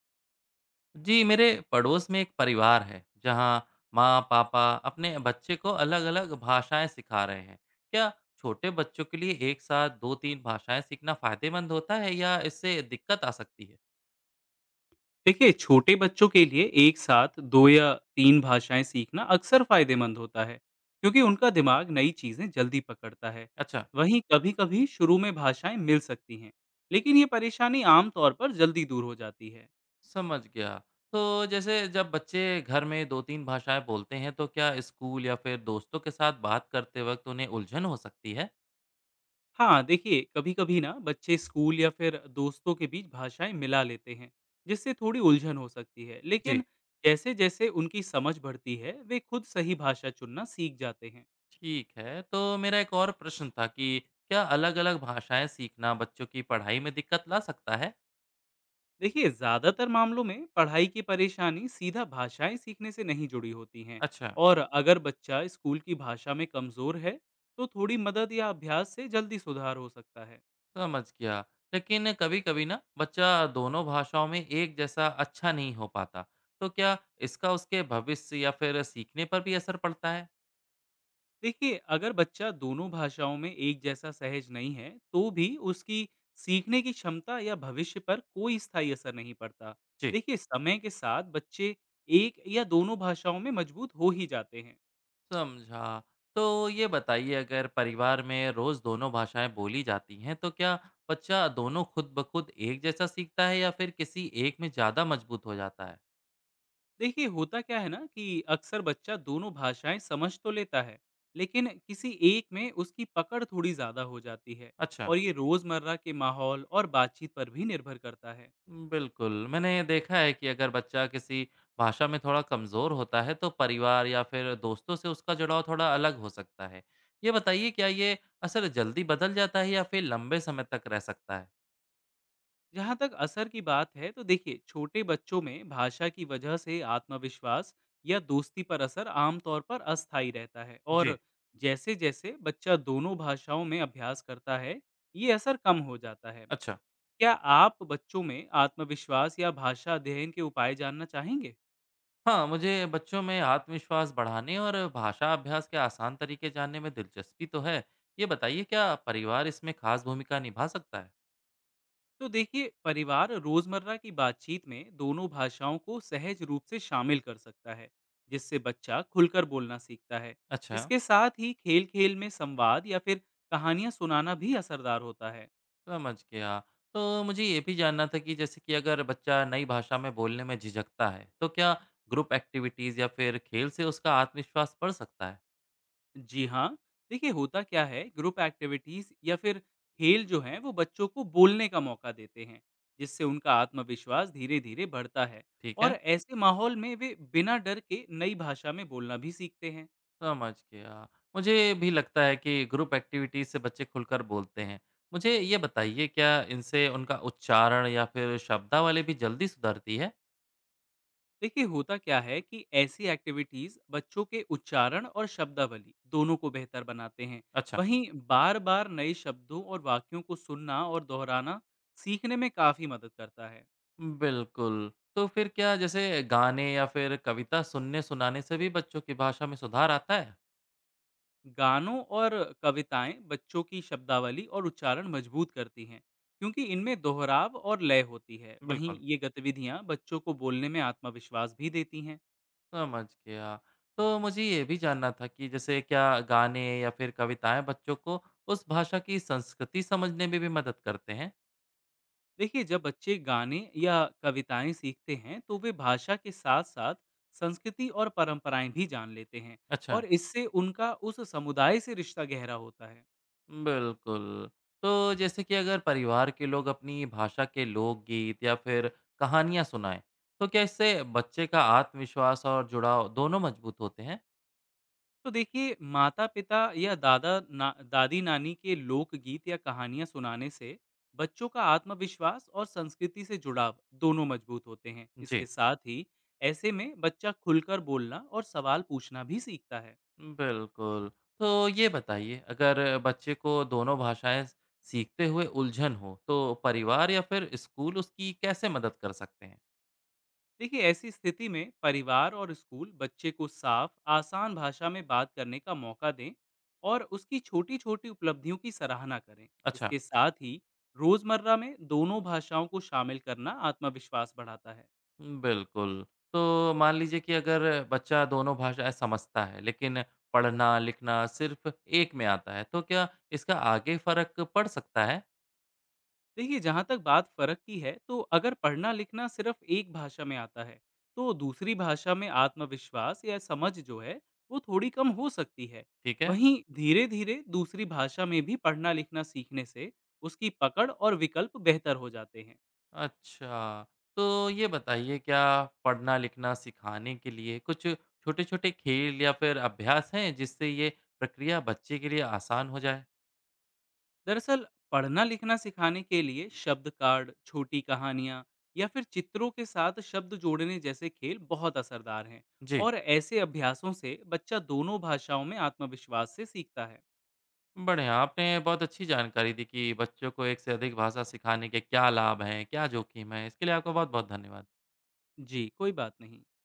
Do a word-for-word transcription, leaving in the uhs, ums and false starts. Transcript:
जी, मेरे पड़ोस में एक परिवार है जहाँ माँ पापा अपने बच्चे को अलग अलग भाषाएं सिखा रहे हैं। क्या छोटे बच्चों के लिए एक साथ दो तीन भाषाएं सीखना फायदेमंद होता है या इससे दिक्कत आ सकती है? देखिए, छोटे बच्चों के लिए एक साथ दो या तीन भाषाएं सीखना अक्सर फायदेमंद होता है क्योंकि उनका दिमाग नई चीजें जल्दी पकड़ता है। अच्छा। वहीं कभी-कभी शुरू में भाषाएं मिल सकती हैं, लेकिन ये परेशानी आमतौर पर जल्दी दूर हो जाती है। समझ गया। तो जैसे जब बच्चे घर में दो तीन भाषाएं बोलते हैं तो क्या स्कूल या फिर दोस्तों के साथ बात करते वक्त उन्हें उलझन हो सकती है? हाँ, देखिए कभी-कभी ना बच्चे स्कूल या फिर दोस्तों के बीच भाषाएं मिला लेते हैं, जिससे थोड़ी उलझन हो सकती है। जी। लेकिन जैसे जैसे उनकी समझ बढ़ती है, वे खुद सही भाषा चुनना सीख जाते हैं। ठीक है, तो मेरा एक और प्रश्न था कि क्या अलग अलग भाषाएं सीखना बच्चों की पढ़ाई में दिक्कत ला सकता है? देखिए, ज़्यादातर मामलों में पढ़ाई की परेशानी सीधा भाषाएं सीखने से नहीं जुड़ी होती हैं। अच्छा, और अगर बच्चा स्कूल की भाषा में कमज़ोर है, तो थोड़ी मदद या अभ्यास से जल्दी सुधार हो सकता है। समझ गया। लेकिन कभी-कभी ना बच्चा दोनों भाषाओं में एक जैसा अच्छा नहीं हो पाता, तो क्या इसका उसके भविष्य या फिर सीखने पर भी असर पड़ता है? देखिए, अगर बच्चा दोनों भाषाओं में एक जैसा सहज नहीं है तो भी उसकी सीखने की क्षमता या भविष्य पर कोई स्थायी असर नहीं पड़ता। जी, देखिए, समय के साथ बच्चे एक या दोनों भाषाओं में मजबूत हो ही जाते हैं। समझा। तो ये बताइए अगर परिवार में रोज़ दोनों भाषाएं बोली जाती हैं, तो क्या बच्चा दोनों खुद ब खुद एक जैसा सीखता है या फिर किसी एक में ज़्यादा मजबूत हो जाता है? देखिए, होता क्या है ना कि अक्सर बच्चा दोनों भाषाएं समझ तो लेता है, लेकिन किसी एक में उसकी पकड़ थोड़ी ज़्यादा हो जाती है। अच्छा। और ये रोज़मर्रा के माहौल और बातचीत पर भी निर्भर करता है। बिल्कुल, मैंने देखा है कि अगर बच्चा किसी भाषा में थोड़ा कमज़ोर होता है तो परिवार या फिर दोस्तों से उसका जुड़ाव थोड़ा अलग हो सकता है। ये बताइए क्या ये असर जल्दी बदल जाता है या फिर लंबे समय तक रह सकता है? जहाँ तक असर की बात है, तो देखिए छोटे बच्चों में भाषा की वजह से आत्मविश्वास या दोस्ती पर असर आमतौर पर अस्थायी रहता है, जी। और जैसे जैसे बच्चा दोनों भाषाओं में अभ्यास करता है, ये असर कम हो जाता है। अच्छा, क्या आप बच्चों में आत्मविश्वास या भाषा अध्ययन के उपाय जानना चाहेंगे? हाँ मुझे बच्चों में आत्मविश्वास बढ़ाने और भाषा अभ्यास के आसान तरीके जानने में दिलचस्पी तो है। ये बताइए क्या परिवार इसमें खास भूमिका निभा सकता है? तो देखिए, परिवार रोजमर्रा की बातचीत में दोनों भाषाओं को सहज रूप से शामिल कर सकता है, जिससे बच्चा खुलकर बोलना सीखता है। अच्छा। इसके साथ ही खेल-खेल में संवाद या फिर कहानियां सुनाना भी असरदार होता है। समझ गया। तो मुझे ये भी जानना था कि जैसे कि अगर बच्चा नई भाषा में बोलने में झिझकता है, तो क्या ग्रुप एक्टिविटीज़ या फिर खेल से उसका आत्मविश्वास बढ़ सकता है? जी हाँ, देखिए होता क्या है, ग्रुप एक्टिविटीज़ या फिर खेल जो हैं वो बच्चों को बोलने का मौका देते हैं, जिससे उनका आत्मविश्वास धीरे-धीरे बढ़ता है। ठीक और है, ऐसे माहौल में वे बिना डर के नई भाषा में बोलना भी सीखते हैं। समझ गया। मुझे भी लगता है कि ग्रुप एक्टिविटीज़ से बच्चे खुलकर बोलते हैं। मुझे ये बताइए क्या इनसे उनका उच्चारण या फिर शब्दावली भी जल्दी सुधरती है? देखिए, होता क्या है कि ऐसी एक्टिविटीज़ बच्चों के उच्चारण और शब्दावली दोनों को बेहतर बनाते हैं। अच्छा, वहीं बार-बार नए शब्दों और वाक्यों को सुनना और दोहराना सीखने में काफ़ी मदद करता है। बिल्कुल। तो फिर क्या जैसे गाने या फिर कविता सुनने-सुनाने से भी बच्चों की भाषा में सुधार आता है? गानों और कविताएं बच्चों की शब्दावली और उच्चारण मजबूत करती हैं, क्योंकि इनमें दोहराव और लय होती है। वहीं बिल्कुल। ये गतिविधियां बच्चों को बोलने में आत्मविश्वास भी देती हैं। समझ गया। तो मुझे ये भी जानना था कि जैसे क्या गाने या फिर कविताएँ बच्चों को उस भाषा की संस्कृति समझने में भी मदद करते हैं? देखिए, जब बच्चे गाने या कविताएं सीखते हैं तो वे भाषा के साथ साथ संस्कृति और परंपराएं भी जान लेते हैं। अच्छा, और इससे उनका उस समुदाय से रिश्ता गहरा होता है। बिल्कुल। तो जैसे कि अगर परिवार के लोग अपनी भाषा के लोकगीत या फिर कहानियाँ सुनाएं, तो क्या इससे बच्चे का आत्मविश्वास और जुड़ाव दोनों मजबूत होते हैं? तो देखिए, माता-पिता या दादा ना दादी-नानी के लोकगीत या कहानियाँ सुनाने से बच्चों का आत्मविश्वास और संस्कृति से जुड़ाव दोनों मजबूत होते हैं। इसके जी। साथ ही ऐसे में बच्चा खुलकर बोलना और सवाल पूछना भी सीखता है। बिल्कुल। तो ये बताइए अगर बच्चे को दोनों भाषाएँ सीखते हुए उलझन हो, तो परिवार या फिर स्कूल उसकी कैसे मदद कर सकते हैं? देखिए, ऐसी स्थिति में परिवार और स्कूल बच्चे को साफ, आसान भाषा में बात करने का मौका दें और उसकी छोटी-छोटी उपलब्धियों की सराहना करें। अच्छा, इसके साथ ही रोज़मर्रा में दोनों भाषाओं को शामिल करना आत्मविश्वास बढ़ाता है। बिल्कुल। तो मान लीजिए कि अगर बच्चा दोनों भाषाएँ समझता है, लेकिन पढ़ना-लिखना सिर्फ़ एक में आता है, तो क्या इसका आगे फ़र्क पड़ सकता है? देखिए, जहाँ तक बात फ़र्क की है, तो अगर पढ़ना लिखना सिर्फ एक भाषा में आता है, तो दूसरी भाषा में आत्मविश्वास या समझ जो है वो थोड़ी कम हो सकती है। ठीक है। वहीं धीरे धीरे दूसरी भाषा में भी पढ़ना लिखना सीखने से उसकी पकड़ और विकल्प बेहतर हो जाते हैं। अच्छा, तो ये बताइए क्या पढ़ना-लिखना सिखाने के लिए कुछ छोटे-छोटे खेल या फिर अभ्यास हैं जिससे ये प्रक्रिया बच्चे के लिए आसान हो जाए? दरअसल, पढ़ना लिखना सिखाने के लिए शब्द कार्ड, छोटी कहानियाँ या फिर चित्रों के साथ शब्द जोड़ने जैसे खेल बहुत असरदार हैं। जी, और ऐसे अभ्यासों से बच्चा दोनों भाषाओं में आत्मविश्वास से सीखता है। बढ़िया। आपने बहुत अच्छी जानकारी दी कि बच्चों को एक से अधिक भाषा सिखाने के क्या लाभ हैं, क्या जोखिम हैं। इसके लिए आपका बहुत-बहुत धन्यवाद। जी, कोई बात नहीं।